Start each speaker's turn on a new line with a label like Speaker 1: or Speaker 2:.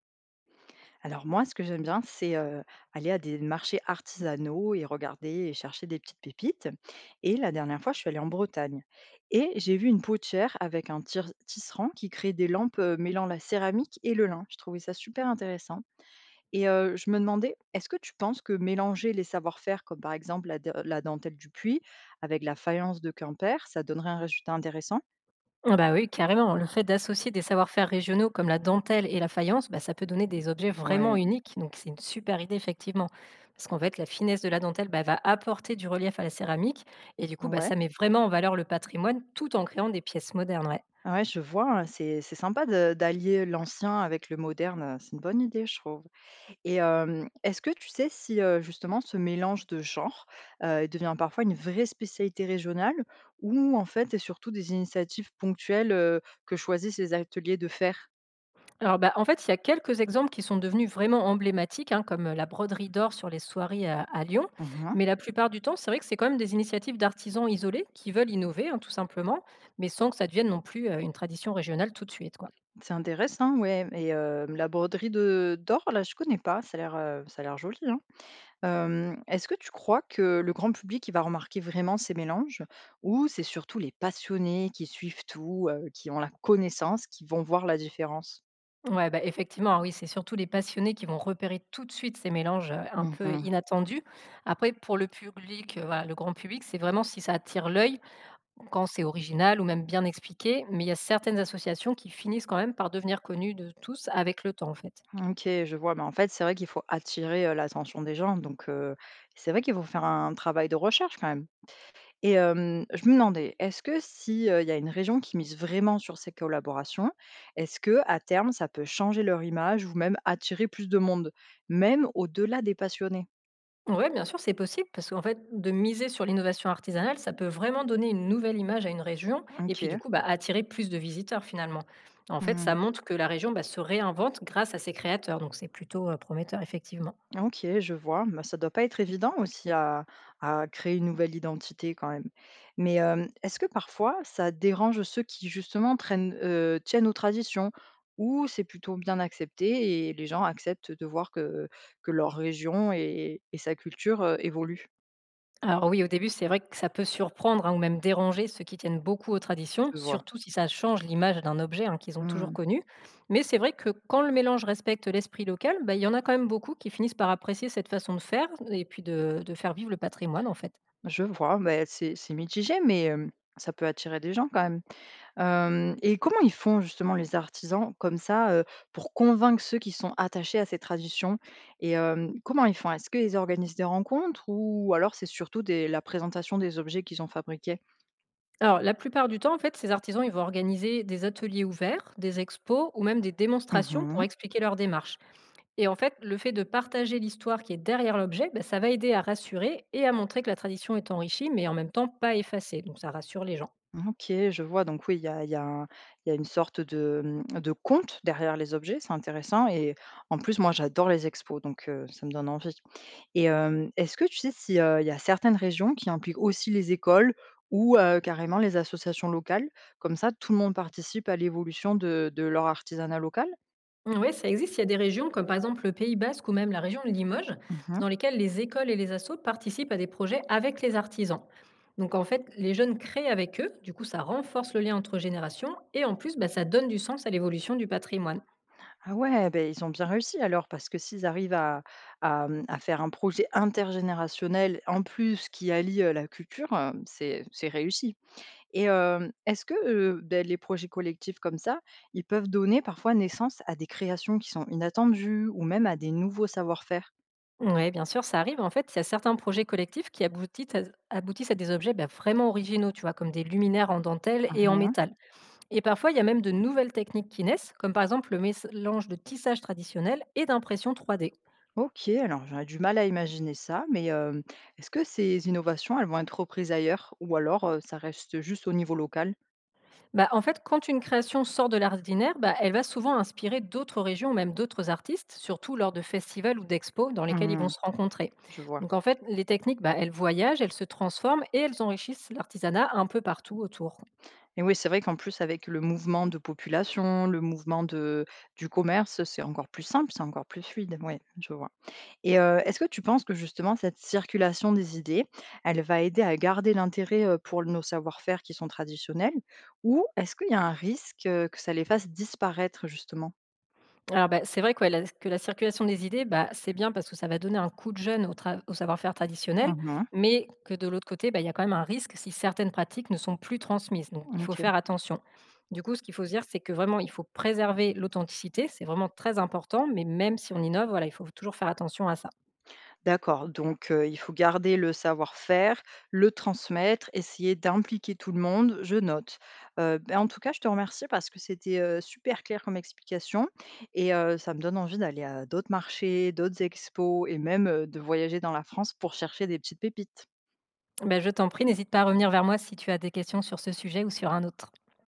Speaker 1: Alors moi, ce que j'aime bien, c'est, aller à des marchés artisanaux et regarder et chercher des petites pépites. Et la dernière fois, je suis allée en Bretagne et j'ai vu une potière avec un tir tisserand qui crée des lampes, mêlant la céramique et le lin. Je trouvais ça super intéressant. Et je me demandais, est-ce que tu penses que mélanger les savoir-faire comme, par exemple, la dentelle du Puy avec la faïence de Quimper, ça donnerait un résultat intéressant?
Speaker 2: Ah bah oui, carrément. Le fait d'associer des savoir-faire régionaux comme la dentelle et la faïence, bah, ça peut donner des objets vraiment
Speaker 1: Ouais,
Speaker 2: uniques. Donc c'est une super idée, effectivement. Parce qu'en fait, la finesse de la dentelle bah, va apporter du relief à la céramique. Et du coup, bah,
Speaker 1: ouais.
Speaker 2: ça met vraiment en valeur le patrimoine tout en créant des pièces modernes. Ouais.
Speaker 1: Ah ouais, je vois, c'est sympa de d'allier l'ancien avec le moderne, c'est une bonne idée, je trouve. Et hem, est-ce que tu sais si, justement ce mélange de genres, devient parfois une vraie spécialité régionale, ou en fait, c'est surtout des initiatives ponctuelles, que choisissent les ateliers de faire?
Speaker 2: Alors bah, en fait, il y a quelques exemples qui sont devenus vraiment emblématiques, hein, comme la broderie d'or sur les soirées à Lyon.
Speaker 1: Mmh.
Speaker 2: Mais la plupart du temps, c'est vrai que c'est quand même des initiatives d'artisans isolés qui veulent innover, hein, tout simplement, mais sans que ça devienne non plus une tradition régionale tout de suite, quoi.
Speaker 1: C'est intéressant, ouais. Et hem, la broderie de d'or, là, je connais pas, ça a l'air joli, hein. Hem, est-ce que tu crois que le grand public, il va remarquer vraiment ces mélanges? Ou c'est surtout les passionnés qui suivent tout, qui ont la connaissance, qui vont voir la différence?
Speaker 2: Ouais, bah, effectivement, oui, c'est surtout les passionnés qui vont repérer tout de suite ces mélanges un peu
Speaker 1: Mmh.
Speaker 2: inattendus. Après, pour le public, voilà, le grand public, c'est vraiment si ça attire l'œil, quand c'est original ou même bien expliqué. Mais il y a certaines associations qui finissent quand même par devenir connues de tous avec le temps, en fait.
Speaker 1: OK, je vois, mais en fait, c'est vrai qu'il faut attirer, l'attention des gens, donc c'est vrai qu'il faut faire un travail de recherche quand même. Et hem, je me demandais, est-ce que si, il y a une région qui mise vraiment sur ces collaborations, est-ce que à terme, ça peut changer leur image ou même attirer plus de monde, même au-delà des passionnés?
Speaker 2: Oui, bien sûr, c'est possible parce qu'en fait, de miser sur l'innovation artisanale, ça peut vraiment donner une nouvelle image à une région et puis du
Speaker 1: OK.
Speaker 2: coup, bah, attirer plus de visiteurs finalement. En fait, ça
Speaker 1: Mmh.
Speaker 2: montre que la région bah, se réinvente grâce à ses créateurs, donc c'est plutôt prometteur effectivement.
Speaker 1: OK, je vois. Bah, ça doit pas être évident aussi à créer une nouvelle identité quand même. Mais, hem, est-ce que parfois ça dérange ceux qui justement traînent, tiennent aux traditions? Ou c'est plutôt bien accepté et les gens acceptent de voir que leur région et sa culture, évoluent?
Speaker 2: Alors oui, au début, c'est vrai que ça peut surprendre hein, ou même déranger ceux qui tiennent beaucoup aux traditions,
Speaker 1: Je vois.
Speaker 2: surtout si ça change l'image d'un objet hein, qu'ils ont toujours
Speaker 1: Mmh,
Speaker 2: connu. Mais c'est vrai que quand le mélange respecte l'esprit local, bah, il y en a quand même beaucoup qui finissent par apprécier cette façon de faire et puis de faire vivre le patrimoine en fait.
Speaker 1: je vois, bah, c'est mitigé mais, hem, ça peut attirer des gens quand même. Hem, et comment ils font justement les artisans comme ça, pour convaincre ceux qui sont attachés à ces traditions, et hem, comment ils font? Est-ce qu'ils organisent des rencontres ou alors c'est surtout des la présentation des objets qu'ils ont fabriqués?
Speaker 2: Alors la plupart du temps, en fait, ces artisans, ils vont organiser des ateliers ouverts, des expos ou même des démonstrations
Speaker 1: Mmh.
Speaker 2: pour expliquer leur démarche. Et en fait, le fait de partager l'histoire qui est derrière l'objet, bah, ça va aider à rassurer et à montrer que la tradition est enrichie, mais en même temps pas effacée. Donc ça rassure les gens.
Speaker 1: OK, je vois, donc oui, il y a un il y a une sorte de, mmh, de conte derrière les objets, c'est intéressant. Et en plus moi j'adore les expos, donc ça me donne envie. Et hem, est-ce que tu sais si il y a certaines régions qui impliquent aussi les écoles ou carrément les associations locales? Comme ça, tout le monde participe à l'évolution de leur artisanat local?
Speaker 2: Oui, ça existe. Il y a des régions comme par exemple le Pays Basque ou même la région de Limoges,
Speaker 1: Mmh.
Speaker 2: dans lesquelles les écoles et les assos participent à des projets avec les artisans. Donc en fait, les jeunes créent avec eux, du coup ça renforce le lien entre générations et en plus bah, ça donne du sens à l'évolution du patrimoine.
Speaker 1: Ah ouais, beh, ils ont bien réussi alors, parce que s'ils arrivent à, mmh, à faire un projet intergénérationnel, en plus qui allie, la culture, c'est réussi. Et hem, est-ce que, beh, les projets collectifs comme ça, ils peuvent donner parfois naissance à des créations qui sont inattendues ou même à des nouveaux savoir-faire?
Speaker 2: Ouais, bien sûr, ça arrive. En fait, il y a certains projets collectifs qui aboutissent à des objets bah, vraiment originaux, tu vois, comme des luminaires en dentelle et en
Speaker 1: Mmh.
Speaker 2: métal. Et parfois, il y a même de nouvelles techniques qui naissent, comme par exemple le mélange de tissage traditionnel et d'impression 3D.
Speaker 1: OK, alors j'aurais du mal à imaginer ça, mais hem, est-ce que ces innovations, elles vont être reprises ailleurs ou alors, ça reste juste au niveau local?
Speaker 2: Bah, en fait, quand une création sort de l'ordinaire, bah, elle va souvent inspirer d'autres régions, même d'autres artistes, surtout lors de festivals ou d'expos dans lesquels ils vont
Speaker 1: Mmh,
Speaker 2: se rencontrer.
Speaker 1: je vois.
Speaker 2: Donc, en fait, les techniques, bah, elles voyagent, elles se transforment et elles enrichissent l'artisanat un peu partout autour.
Speaker 1: Et oui, c'est vrai qu'en plus avec le mouvement de population, le mouvement de du commerce, c'est encore plus simple, c'est encore plus fluide. Oui, je vois. Et est-ce que tu penses que justement cette circulation des idées, elle va aider à garder l'intérêt, pour nos savoir-faire qui sont traditionnels? Ou est-ce qu'il y a un risque, que ça les fasse disparaître justement?
Speaker 2: Alors, bah, c'est vrai que ouais, la circulation des idées, bah, c'est bien parce que ça va donner un coup de jeune au tra au savoir-faire traditionnel,
Speaker 1: Mmh.
Speaker 2: mais que de l'autre côté, bah, il y a quand même un risque si certaines pratiques ne sont plus transmises. Donc, il faut
Speaker 1: OK.
Speaker 2: faire attention. Du coup, ce qu'il faut se dire, c'est que vraiment, il faut préserver l'authenticité. C'est vraiment très important, mais même si on innove, voilà, il faut toujours faire attention à ça.
Speaker 1: D'accord, donc il faut garder le savoir-faire, le transmettre, essayer d'impliquer tout le monde, je note. Ben, en tout cas, je te remercie parce que c'était, super clair comme explication. Et ça me donne envie d'aller à d'autres marchés, d'autres expos et même, de voyager dans la France pour chercher des petites pépites.
Speaker 2: Ben, je t'en prie, n'hésite pas à revenir vers moi si tu as des questions sur ce sujet ou sur un autre.